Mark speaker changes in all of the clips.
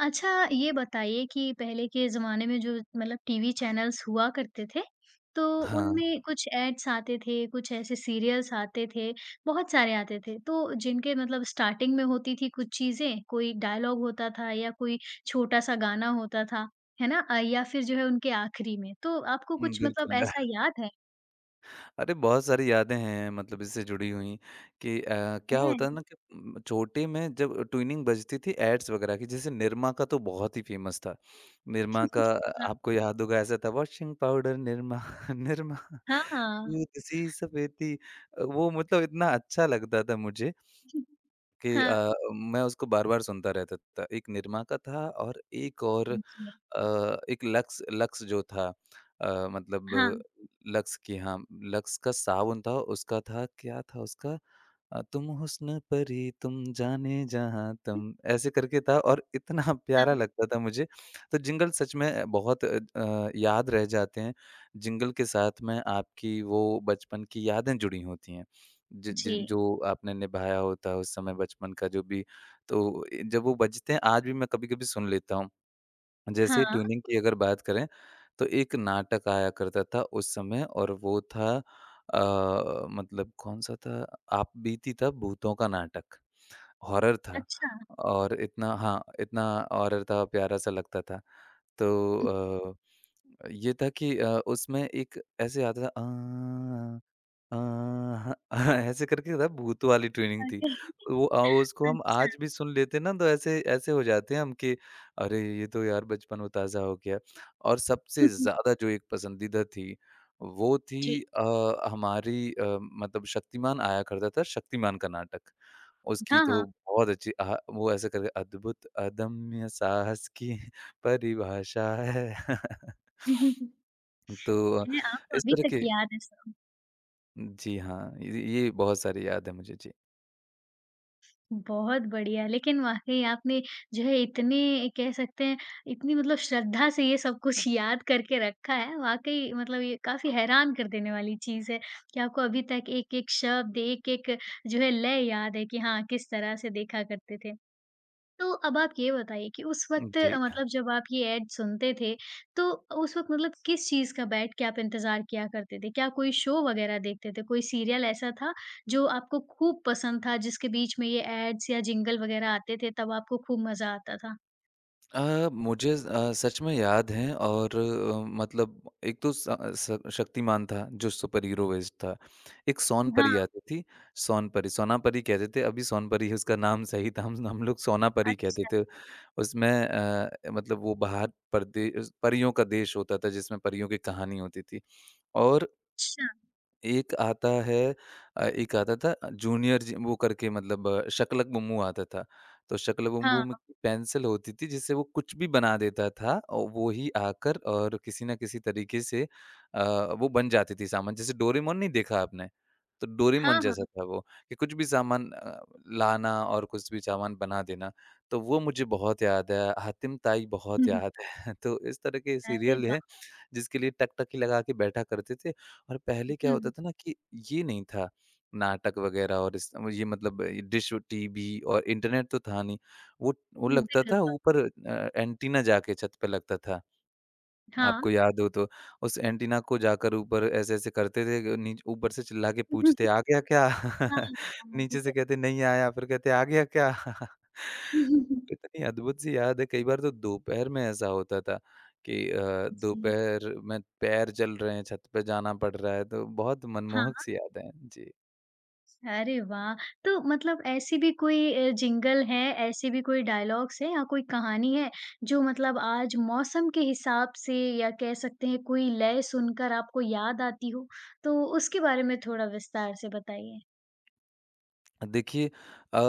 Speaker 1: अच्छा, ये बताइए कि पहले के ज़माने में जो मतलब टीवी चैनल्स हुआ करते थे, तो
Speaker 2: हाँ,
Speaker 1: उनमें कुछ एड्स आते थे, कुछ ऐसे सीरियल्स आते थे, बहुत सारे आते थे। तो जिनके मतलब स्टार्टिंग में होती थी कुछ चीज़ें, कोई डायलॉग होता था या कोई छोटा-सा गाना होता था, है ना? या फिर जो है उनके आखिरी में। तो आपको
Speaker 2: हुँ,
Speaker 1: कुछ मतलब
Speaker 2: बिल्कुल।
Speaker 1: ऐसा याद है?
Speaker 2: अरे, बहुत सारी यादें हैं मतलब इससे जुड़ी हुई कि क्या
Speaker 1: हैं?
Speaker 2: होता है ना कि छोटे में जब ट्यूनिंग बजती थी एड्स वगैरह की, जैसे निरमा का तो बहुत ही फ़ेमस था। निरमा का आपको याद होगा ऐसा था वॉशिंग पाउडर निरमा, निरमा
Speaker 1: हाँ, हाँ।
Speaker 2: दूध सी सफेदी वो मतलब इतना अच्छा लगता था मुझे कि
Speaker 1: हाँ,
Speaker 2: मैं उसको बार-बार सुनता रहता था। एक निरमा का था और एक और
Speaker 1: जी।
Speaker 2: एक लक्स लक्स जो था मतलब
Speaker 1: हाँ,
Speaker 2: लक्स की हाँ, लक्स का साबुन था, उसका था क्या था उसका तुम हुस्न परी तुम जाने जहाँ तुम, ऐसे करके था और इतना प्यारा
Speaker 1: हाँ,
Speaker 2: लगता था मुझे। तो जिंगल सच में बहुत याद रह जाते हैं। जिंगल के साथ में आपकी वो बचपन की यादें जुड़ी होती हैं। जि
Speaker 1: जी।
Speaker 2: जिन जो आपने निभाया होता है उस समय बचपन का जो भी तो जब वो बजते हैं आज भी मैं कभी-कभी सुन लेता हूँ। जैसे
Speaker 1: हाँ,
Speaker 2: ट्यूनिंग की अगर बात करें, तो एक नाटक आया करता था उस समय और वो था मतलब कौन-सा था? आप बीती था भूतों का नाटक, हॉरर था
Speaker 1: अच्छा।
Speaker 2: और इतना हाँ, इतना हॉरर था, प्यारा-सा लगता था। तो ये था कि उसमें एक ऐसे आता था अ अ, ह ऐसे करके था भूत वाली ट्यूनिंग थी।
Speaker 1: अरे!
Speaker 2: वो उसको हम
Speaker 1: अच्छा।
Speaker 2: आज भी सुन लेते ना तो ऐसे ऐसे हो जाते हैं हम कि अरे! ये तो यार बचपन वो ताज़ा हो गया। और सबसे ज़्यादा जो एक पसंदीदा थी, वो
Speaker 1: जी,
Speaker 2: थी हमारी मतलब शक्तिमान आया करता था, शक्तिमान का नाटक। उसकी
Speaker 1: हाँ, हाँ।
Speaker 2: तो बहुत अच्छी अहा वो ऐसे करके अद्भुत अदम्य साहस की परिभाषा है। तो
Speaker 1: ये आपको
Speaker 2: इस
Speaker 1: अभी
Speaker 2: तरह
Speaker 1: तक
Speaker 2: के
Speaker 1: याद है सब।
Speaker 2: जी हाँ, ये बहुत सारी याद है मुझे। जी।
Speaker 1: बहुत बढ़िया, लेकिन वाक़ई आपने जो है इतने कह सकते हैं, इतनी मतलब श्रद्धा से ये सब कुछ याद करके रखा है, वाक़ई मतलब ये काफ़ी हैरान कर देने वाली चीज़ है कि आपको अभी तक एक-एक शब्द, एक-एक जो है लय याद है कि हाँ, किस तरह से देखा करते थे। तो अब आप ये बताइए कि उस वक़्त
Speaker 2: जी।
Speaker 1: मतलब जब आप ये ऐड सुनते थे, तो उस वक़्त मतलब किस चीज़ का बैठ के आप इंतज़ार किया करते थे? क्या कोई शो वग़ैरह देखते थे? कोई सीरियल ऐसा था जो आपको खूब पसंद था, जिसके बीच में ये ऐड्स या जिंगल वग़ैरह आते थे तब आपको खूब मज़ा आता था?
Speaker 2: मुझे सच में याद है और मतलब एक तो स स शक्तिमान था जो सुपर हीरो बेस्ड था। एक
Speaker 1: हाँ,
Speaker 2: सोनपरी आती थी, सोनपरी, सोनापरी कहते थे, अभी सोनपरी है उसका नाम सही था, हम लोग सोनापरी कहते
Speaker 1: अच्छा,
Speaker 2: थे। उसमें मतलब वो बाहर परदे परियों का देश होता था जिसमें परियों की कहानी होती थी और
Speaker 1: अच्छा।
Speaker 2: एक आता है एक आता था जूनियर जी वो करके मतलब शक्लक बम्बू आता था। तो शक्लक बम्बू में
Speaker 1: हाँ,
Speaker 2: पेंसिल होती थी जिससे वो कुछ भी बना देता था और वो ही आकर और किसी न किसी तरीके से अ, वो बन जाती थी सामान। जैसे डोरेमोन नहीं देखा आपने? तो डोरेमोन
Speaker 1: हाँ,
Speaker 2: जैसा
Speaker 1: हाँ।
Speaker 2: था वो कि कुछ भी सामान लाना और कुछ भी सामान बना देना। तो वो मुझे बहुत याद है, हातिम ताई
Speaker 1: हुँ,
Speaker 2: बहुत
Speaker 1: हुँ।
Speaker 2: याद है। तो इस तरह के
Speaker 1: अरे
Speaker 2: सीरियल हैं
Speaker 1: वाह!
Speaker 2: जिसके लिए टकटकी लगा के बैठा करते थे। और पहले क्या
Speaker 1: हुँ,
Speaker 2: होता था ना कि ये नहीं था नाटक वगैरह और इस ये मतलब ये डिश टीवी और इंटरनेट तो था नहीं। वो वो
Speaker 1: हुँ।
Speaker 2: लगता था
Speaker 1: बिल्कुल,
Speaker 2: ऊपर एंटीना जाके छत पे लगता था।
Speaker 1: हाँ।
Speaker 2: आपको याद हो तो, उस एंटीना को जाकर ऊपर ऐसे-ऐसे करते थे, कि नीच ऊपर से चिल्ला के पूछते, "आ गया क्या?"
Speaker 1: हाँ, हाँ,
Speaker 2: नीचे
Speaker 1: जैसे
Speaker 2: से कहते, "नहीं आया," फिर कहते, "आ गया क्या?" तो इतनी अद्भुत सी याद है, कई बार तो दोपहर में ऐसा होता था कि
Speaker 1: जी,
Speaker 2: दोपहर में पैर चल रहे हैं, छत पे जाना पड़ रहा है, तो बहुत मनमोहक
Speaker 1: हाँ।
Speaker 2: सी यादें हैं। जी।
Speaker 1: अरे वाह! तो मतलब ऐसी भी कोई जिंगल है, ऐसी भी कोई डायलॉग्स हैं या कोई कहानी है, जो मतलब आज मौसम के हिसाब से या कह सकते हैं कोई लय सुनकर आपको याद आती हो? तो उसके बारे में थोड़ा विस्तार से बताइए।
Speaker 2: देखिए अ,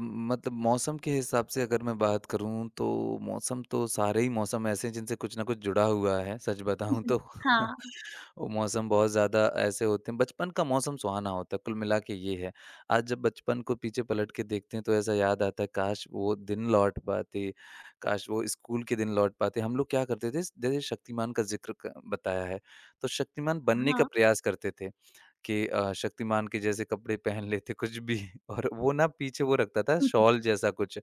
Speaker 2: मतलब मौसम के हिसाब से अगर मैं बात करूँ तो मौसम तो सारे ही मौसम ऐसे हैं जिनसे कुछ ना कुछ जुड़ा हुआ है, सच
Speaker 1: हुँ,
Speaker 2: बताऊँ
Speaker 1: हुँ।
Speaker 2: तो।
Speaker 1: हाँ,
Speaker 2: वो मौसम बहुत ज़्यादा ऐसे होते हैं बचपन का मौसम सुहाना होता है, कुल मिला के ये है। आज जब बचपन को पीछे पलट के देखते हैं तो ऐसा याद आता है काश वो दिन लौट पाते, काश वो स्कूल के दिन लौट पाते। हम लोग क्या करते थे जैसे शक्तिमान का ज़िक्र क बताया है, तो शक्तिमान बनने का
Speaker 1: हाँ।
Speaker 2: प्रयास करते थे। कि शक्तिमान के जैसे कपड़े पहन लेते कुछ भी और वो ना पीछे वो रखता था
Speaker 1: हुँ, हुँ।
Speaker 2: शॉल जैसा कुछ,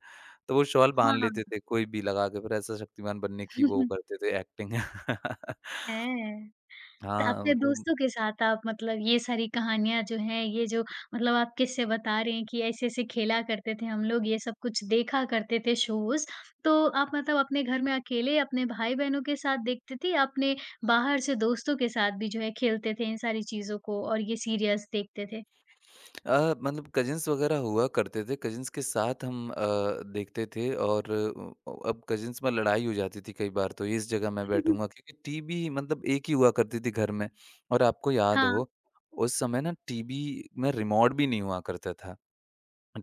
Speaker 2: तो वो शॉल बाँध
Speaker 1: हाँ।
Speaker 2: लेते थे कोई भी लगा के फिर ऐसा शक्तिमान बनने की वो करते थे एक्टिंग।
Speaker 1: है। तो
Speaker 2: हाँ,
Speaker 1: अपने
Speaker 2: मतलब
Speaker 1: दोस्तों के साथ आप मतलब ये सारी कहानियाँ जो हैं, ये जो मतलब आप किस्से बता रहे हैं कि ऐसे-ऐसे खेला करते थे हम लोग, ये सब कुछ देखा करते थे शोज़। तो आप मतलब अपने घर में अकेले अपने भाई-बहनों के साथ देखते थे या अपने बाहर से दोस्तों के साथ भी जो है खेलते थे इन सारी चीज़ों को और ये सीरियल्स देखते थे?
Speaker 2: अ, मतलब कज़िन्स वग़ैरह हुआ करते थे, कज़िन्स के साथ हम देखते थे और अब कज़िन्स में लड़ाई हो जाती थी कई बार तो इस जगह मैं बैठूँगा क्योंकि टीवी मतलब एक ही हुआ करती थी घर में और आपको याद
Speaker 1: हाँ,
Speaker 2: हो, उस समय ना टीवी में रिमोट भी नहीं हुआ करता था।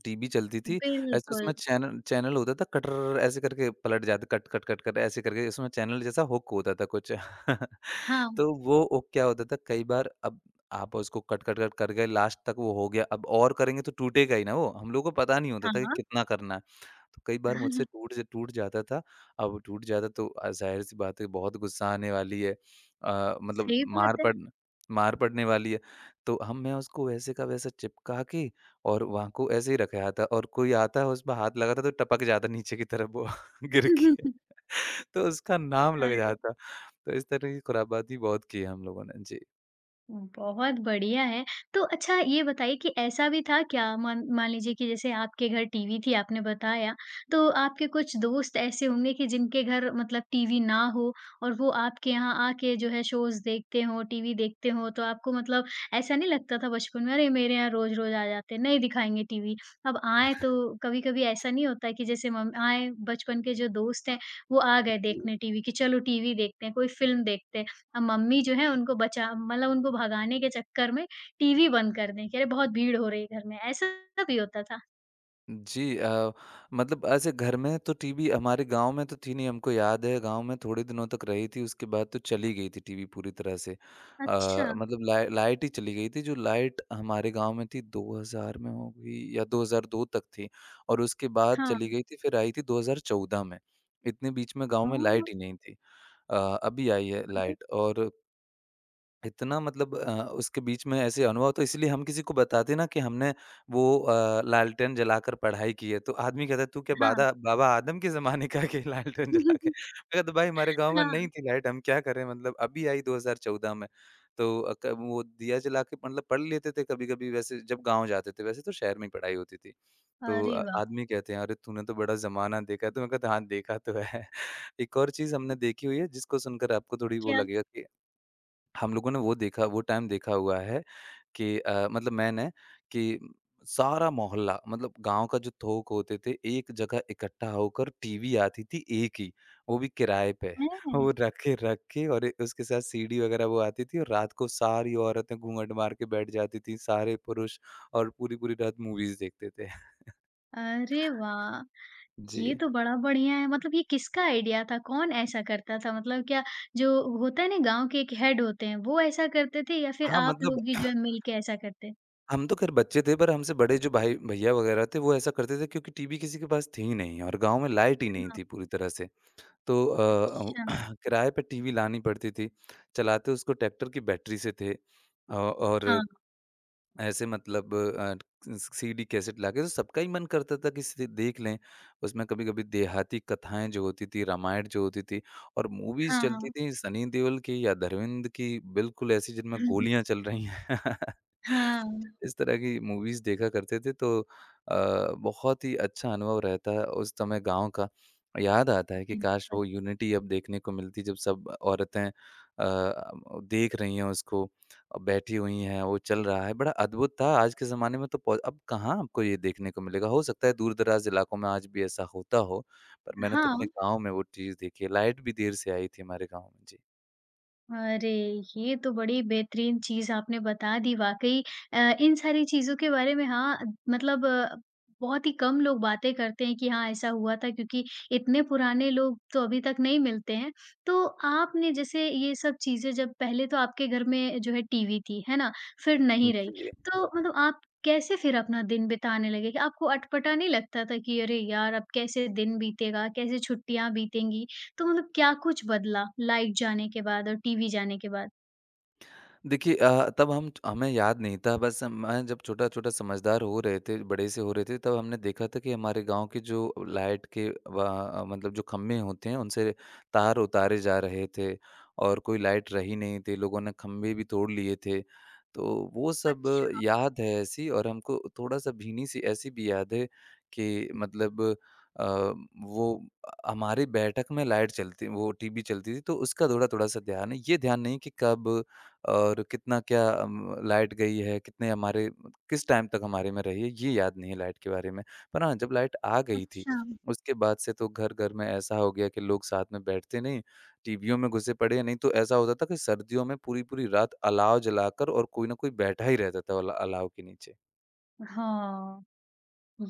Speaker 2: टीवी चलती थी, ऐसे
Speaker 1: बिल्कुल।
Speaker 2: उसमें चैनल चैनल होता था कटर ऐसे करके पलट जाते कट, कट, कट, कट ऐसे करके उसमें चैनल जैसा हुक होता था कुछ।
Speaker 1: हाँ,
Speaker 2: तो वो हुक क्या होता था कई बार अब आप उसको कट, कट, कट कर गए लास्ट तक वो हो गया, अब और करेंगे तो टूटेगा ही ना वो, हम लोगों को पता नहीं होता था कि
Speaker 1: हाँ।
Speaker 2: कितना करना है। तो कई बार मुझसे टूट जाता था। अब टूट जाता तो ज़ाहिर-सी बात है बहुत गुस्सा आने वाली है। मतलब
Speaker 1: सही बात है।
Speaker 2: मार पड़ने वाली है। तो हम मैं उसको वैसे का वैसा चिपका के और वहाँ को ऐसे ही रख आया था और कोई आता उसमें हाथ लगाता तो टपक जाता नीचे की तरफ वो गिर के। तो उसका नाम लग
Speaker 1: अरे!
Speaker 2: जाता। तो इस तरह की खुराबाती बहुत की है हम लोगों ने।
Speaker 1: बहुत बढ़िया है। तो अच्छा ये बताइए कि ऐसा भी था क्या मान मान लीजिए कि जैसे आपके घर टीवी थी आपने बताया, तो आपके कुछ दोस्त ऐसे होंगे कि जिनके घर मतलब टीवी ना हो और वो आपके यहाँ आके जो है शोज़ देखते हों, टीवी देखते हों तो आपको मतलब ऐसा नहीं लगता था बचपन में अरे! मेरे यहाँ रोज़-रोज़ आ जाते हैं, नहीं दिखाएँगे टीवी। अब आएँ तो कभी-कभी ऐसा नहीं होता कि जैसे मम आएँ बचपन के जो दोस्त हैं, वो आ गए
Speaker 2: जी।
Speaker 1: देखने टीवी कि चलो टीवी देखते हैं, कोई फ़िल्म देखते हैं। मम्मी जो है उनको बचा मतलब उनको भगाने के चक्कर में टीवी बंद कर दें कि अरे बहुत भीड़ हो रही है घर में, ऐसा भी होता था।
Speaker 2: जी मतलब ऐसे घर में तो टीवी हमारे गांव में तो थी नहीं हमको याद है गांव में थोड़े दिनों तक रही थी उसके बाद तो चली गई थी टीवी पूरी तरह से
Speaker 1: अच्छा,
Speaker 2: मतलब लाइट ही चली गई थी जो लाइट हमारे गांव में थी 2000 में हो गई या 2002 तक थी और उसके बाद
Speaker 1: हाँ।
Speaker 2: चली गई थी फिर आई थी 2014 में इतने बीच में गांव में
Speaker 1: ओह!
Speaker 2: लाइट ही नहीं थी अ, अभी आई है
Speaker 1: अरे
Speaker 2: लाइट और इतना मतलब उसके बीच में ऐसे अनुभव तो इसलिए हम किसी को बताते ना कि हमने वो लालटेन जलाकर पढ़ाई की है, तो आदमी कहता है तू क्या
Speaker 1: हाँ।
Speaker 2: बादा बाबा आदम के ज़माने का है कि लालटेन जला के? मैं कहता भाई हमारे गाँव में
Speaker 1: हाँ।
Speaker 2: नहीं थी लाइट हम क्या करें मतलब अभी आई 2014 में। तो अ, क वो दिया जला के मतलब पढ़ लेते थे कभी-कभी वैसे जब गाँव जाते थे, वैसे तो शहर में ही पढ़ाई होती थी। तो
Speaker 1: अरे वाह!
Speaker 2: आदमी कहते हैं अरे तूने तो बड़ा ज़माना देखा है, तो मैं कहता हाँ देखा तो है। एक और चीज़ हमने देखी हुई है जिसको सुनकर आपको थोड़ी वो
Speaker 1: क्या
Speaker 2: लगेगा कि हम लोगों ने वो देखा वो टाइम देखा हुआ है कि मतलब मैंने कि सारा मोहल्ला मतलब गाँव का जो थोक होते थे, एक जगह इकट्ठा होकर टीवी आती थी एक ही, वो भी किराए पे।
Speaker 1: है?
Speaker 2: वो रखे रख के और ए उसके साथ सीडी वगैरह वो आती थी और रात को सारी औरतें घूँघट मार के बैठ जाती थीं, सारे पुरुष और पूरी-पूरी रात मूवीज़ देखते थे।
Speaker 1: अरे वाह! ये
Speaker 2: जी।
Speaker 1: तो बड़ा बढ़िया है। मतलब ये किसका आइडिया था? कौन ऐसा करता था? मतलब क्या जो होता है ना गाँव के एक हेड होते हैं, वो ऐसा करते थे या फिर
Speaker 2: हाँ,
Speaker 1: आप
Speaker 2: मतलब
Speaker 1: लोग भी जो है मिल के ऐसा करते?
Speaker 2: हम तो खैर बच्चे थे पर हमसे बड़े जो भाई भैया वगैरह थे वो ऐसा करते थे क्योंकि टीवी किसी के पास थी ही नहीं और गाँव में लाइट ही नहीं
Speaker 1: हाँ,
Speaker 2: थी पूरी तरह से। तो
Speaker 1: अच्छा।
Speaker 2: किराए पे टीवी लानी पड़ती थी, चलाते उसको ट्रैक्टर की बैटरी से थे और
Speaker 1: हाँ,
Speaker 2: ऐसे मतलब सीडी कैसेट लाके तो सबका ही मन करता था कि इसे देख लें। उसमें कभी-कभी देहाती कथाएँ जो होती थी, रामायण जो होती थी और मूवीज़ चलती
Speaker 1: हाँ।
Speaker 2: थी सनी देओल की या धर्मेंद्र की बिल्कुल ऐसी जिनमें गोलियाँ चल रही हैं।
Speaker 1: हाँ,
Speaker 2: इस तरह की मूवीज़ देखा करते थे तो बहुत ही अच्छा अनुभव रहता है उस समय गाँव का। याद आता है कि काश
Speaker 1: बिल्कुल।
Speaker 2: वो यूनिटी अब देखने को मिलती जब सब औरतें देख रही हैं उसको। बैठी हुई हैं, वो चल रहा है, बड़ा अद्भुत था। आज के ज़माने में तो पौ अब कहाँ आपको ये देखने को मिलेगा। हो सकता है दूर-दराज़ इलाकों में आज भी ऐसा होता हो, पर मैंने तो अपने
Speaker 1: हाँ,
Speaker 2: गाँव में वो चीज़ देखी है। लाइट भी देर से आई थी हमारे गाँव में। जी।
Speaker 1: अरे! ये तो बड़ी बेहतरीन चीज़ आपने बता दी वाक़ई इन सारी चीज़ों के बारे में हाँ, मतलब बहुत ही कम लोग बातें करते हैं कि हाँ, ऐसा हुआ था क्योंकि इतने पुराने लोग तो अभी तक नहीं मिलते हैं। तो आपने जैसे ये सब चीज़ें जब पहले तो आपके घर में जो है टीवी थी, है ना? फिर नहीं रही,
Speaker 2: जी।
Speaker 1: तो मतलब आप कैसे फिर अपना दिन बिताने लगे? कि आपको अटपटा नहीं लगता था कि अरे यार! अब कैसे दिन बीतेगा, कैसे छुट्टियाँ बीतेंगी? तो मतलब क्या कुछ बदला लाइट जाने के बाद और टीवी जाने के बाद?
Speaker 2: देखिए तब हम हमें याद नहीं था बस मैं जब छोटा-छोटा समझदार हो रहे थे, बड़े से हो रहे थे तब हमने देखा था कि हमारे गाँव के जो लाइट के वा मतलब जो खंभे होते हैं उनसे तार उतारे जा रहे थे और कोई लाइट रही नहीं थी, लोगों ने खंभे भी तोड़ लिए थे। तो वो सब
Speaker 1: अच्छा,
Speaker 2: याद है ऐसी और हमको थोड़ा-सा भीनी-सी ऐसी भी याद है कि मतलब अ, वो हमारी बैठक में लाइट चलती वो टीवी चलती थी तो उसका थोड़ा-थोड़ा सा ध्यान है। ये ध्यान नहीं कि कब और कितना क्या लाइट गई है, कितने हमारे किस टाइम तक हमारे में रही है, ये याद नहीं है लाइट के बारे में। पर हाँ, जब लाइट आ गई थी,
Speaker 1: अच्छा।
Speaker 2: उसके बाद से तो घर-घर में ऐसा हो गया कि लोग साथ में बैठते नहीं, टीवीयों में घुसे पड़े हैं, नहीं तो ऐसा होता था कि सर्दियों में पूरी-पूरी रात अलाव जलाकर और कोई ना कोई बैठा ही रहता था अलाव के नीचे।
Speaker 1: हाँ,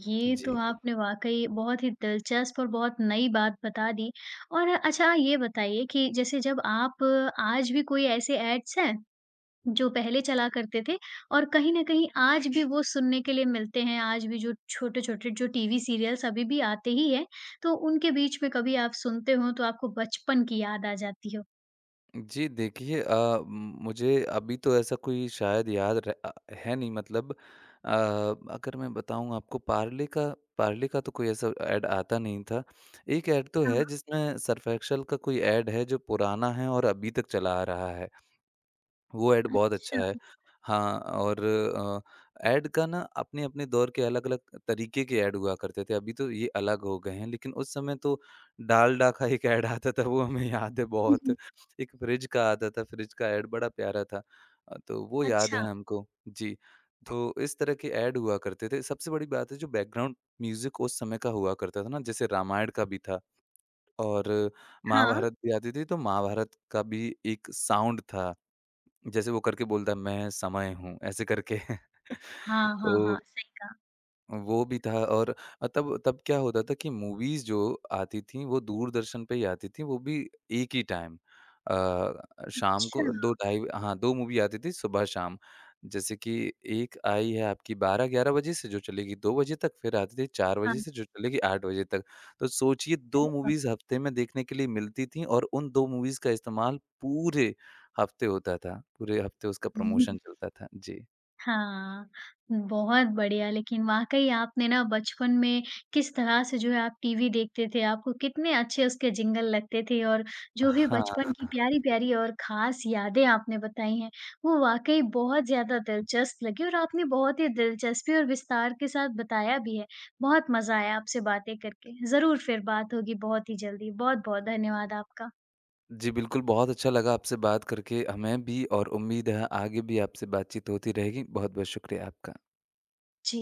Speaker 1: ये तो
Speaker 2: जी।
Speaker 1: आपने वाक़ई बहुत ही दिलचस्प और बहुत नई बात बता दी। और अच्छा ये बताइए कि जैसे जब आप आज भी कोई ऐसे एड्स हैं, जो पहले चला करते थे और कहीं न कहीं आज भी वो सुनने के लिए मिलते हैं, आज भी जो छोटे-छोटे जो टीवी सीरियल्स अभी भी आते ही हैं, तो उनके बीच में कभी आप सुनते हो तो आपको बचपन की याद आ जाती हो?
Speaker 2: जी, देखिए मुझे अभी तो ऐसा कोई शायद याद है नहीं मतलब अ, अगर मैं बताऊँ आपको पार्ले का तो कोई ऐसा ऐड आता नहीं था। एक ऐड तो
Speaker 1: हाँ,
Speaker 2: है जिसमें सर्फ एक्सेल का कोई ऐड है जो पुराना है और अभी तक चला आ रहा है। वो ऐड बहुत अच्छा है।
Speaker 1: अच्छा।
Speaker 2: हाँ, और ऐड का ना अपने-अपने दौर के अलग-अलग तरीके के ऐड हुआ करते थे, अभी तो ये अलग हो गए हैं, लेकिन उस समय तो डालडा का एक ऐड आता था, वो हमें याद है बहुत। एक फ्रिज का आता था, फ्रिज का ऐड बड़ा प्यारा था। तो वो याद है
Speaker 1: अच्छा,
Speaker 2: हमको। जी, तो इस तरह के ऐड हुआ करते थे। सबसे बड़ी बात है जो बैकग्राउंड म्यूज़िक उस समय का हुआ करता था ना, जैसे रामायण का भी था और
Speaker 1: हाँ।
Speaker 2: महाभारत भी आती थी, तो महाभारत का भी एक साउंड था। जैसे वो करके बोलता है मैं समय हूँ, ऐसे करके।
Speaker 1: हाँ, हाँ,
Speaker 2: तो
Speaker 1: हाँ, सही कहा।
Speaker 2: वो भी था और तब तब क्या होता था कि मूवीज़ जो आती थी, वो दूरदर्शन पे ही आती थी, वो भी एक ही टाइम। शाम
Speaker 1: अच्छा,
Speaker 2: को 2 ढाई हाँ, 2 मूवी आती थी सुबह-शाम। जैसे कि एक आई है आपकी 12-11 बजे से जो चलेगी 2 बजे तक, फिर आती थी 4
Speaker 1: हाँ,
Speaker 2: बजे से जो चलेगी 8 बजे तक। तो सोचिए 2
Speaker 1: अरे वाह!
Speaker 2: मूवीज़ हफ़्ते में देखने के लिए मिलती थी और उन 2 मूवीज़ का इस्तेमाल पूरे हफ़्ते होता था। पूरे हफ़्ते उसका
Speaker 1: हुँ,
Speaker 2: प्रमोशन चलता था। जी।
Speaker 1: हाँ, बहुत बढ़िया। लेकिन वाक़ई आपने ना बचपन में किस तरह से जो है आप टीवी देखते थे, आपको कितने अच्छे उसके जिंगल लगते थे और जो भी
Speaker 2: हाँ।
Speaker 1: बचपन की प्यारी-प्यारी और ख़ास यादें आपने बताई हैं, वो वाक़ई बहुत ज़्यादा दिलचस्प लगी और आपने बहुत ही दिलचस्पी और विस्तार के साथ बताया भी है। बहुत मज़ा आया आपसे बातें करके। ज़रूर फिर बात होगी बहुत ही जल्दी। बहुत-बहुत धन्यवाद आपका।
Speaker 2: जी, बिल्कुल, बहुत अच्छा लगा आपसे बात करके हमें भी और उम्मीद है आगे भी आपसे बातचीत होती रहेगी। बहुत-बहुत शुक्रिया आपका।
Speaker 1: जी।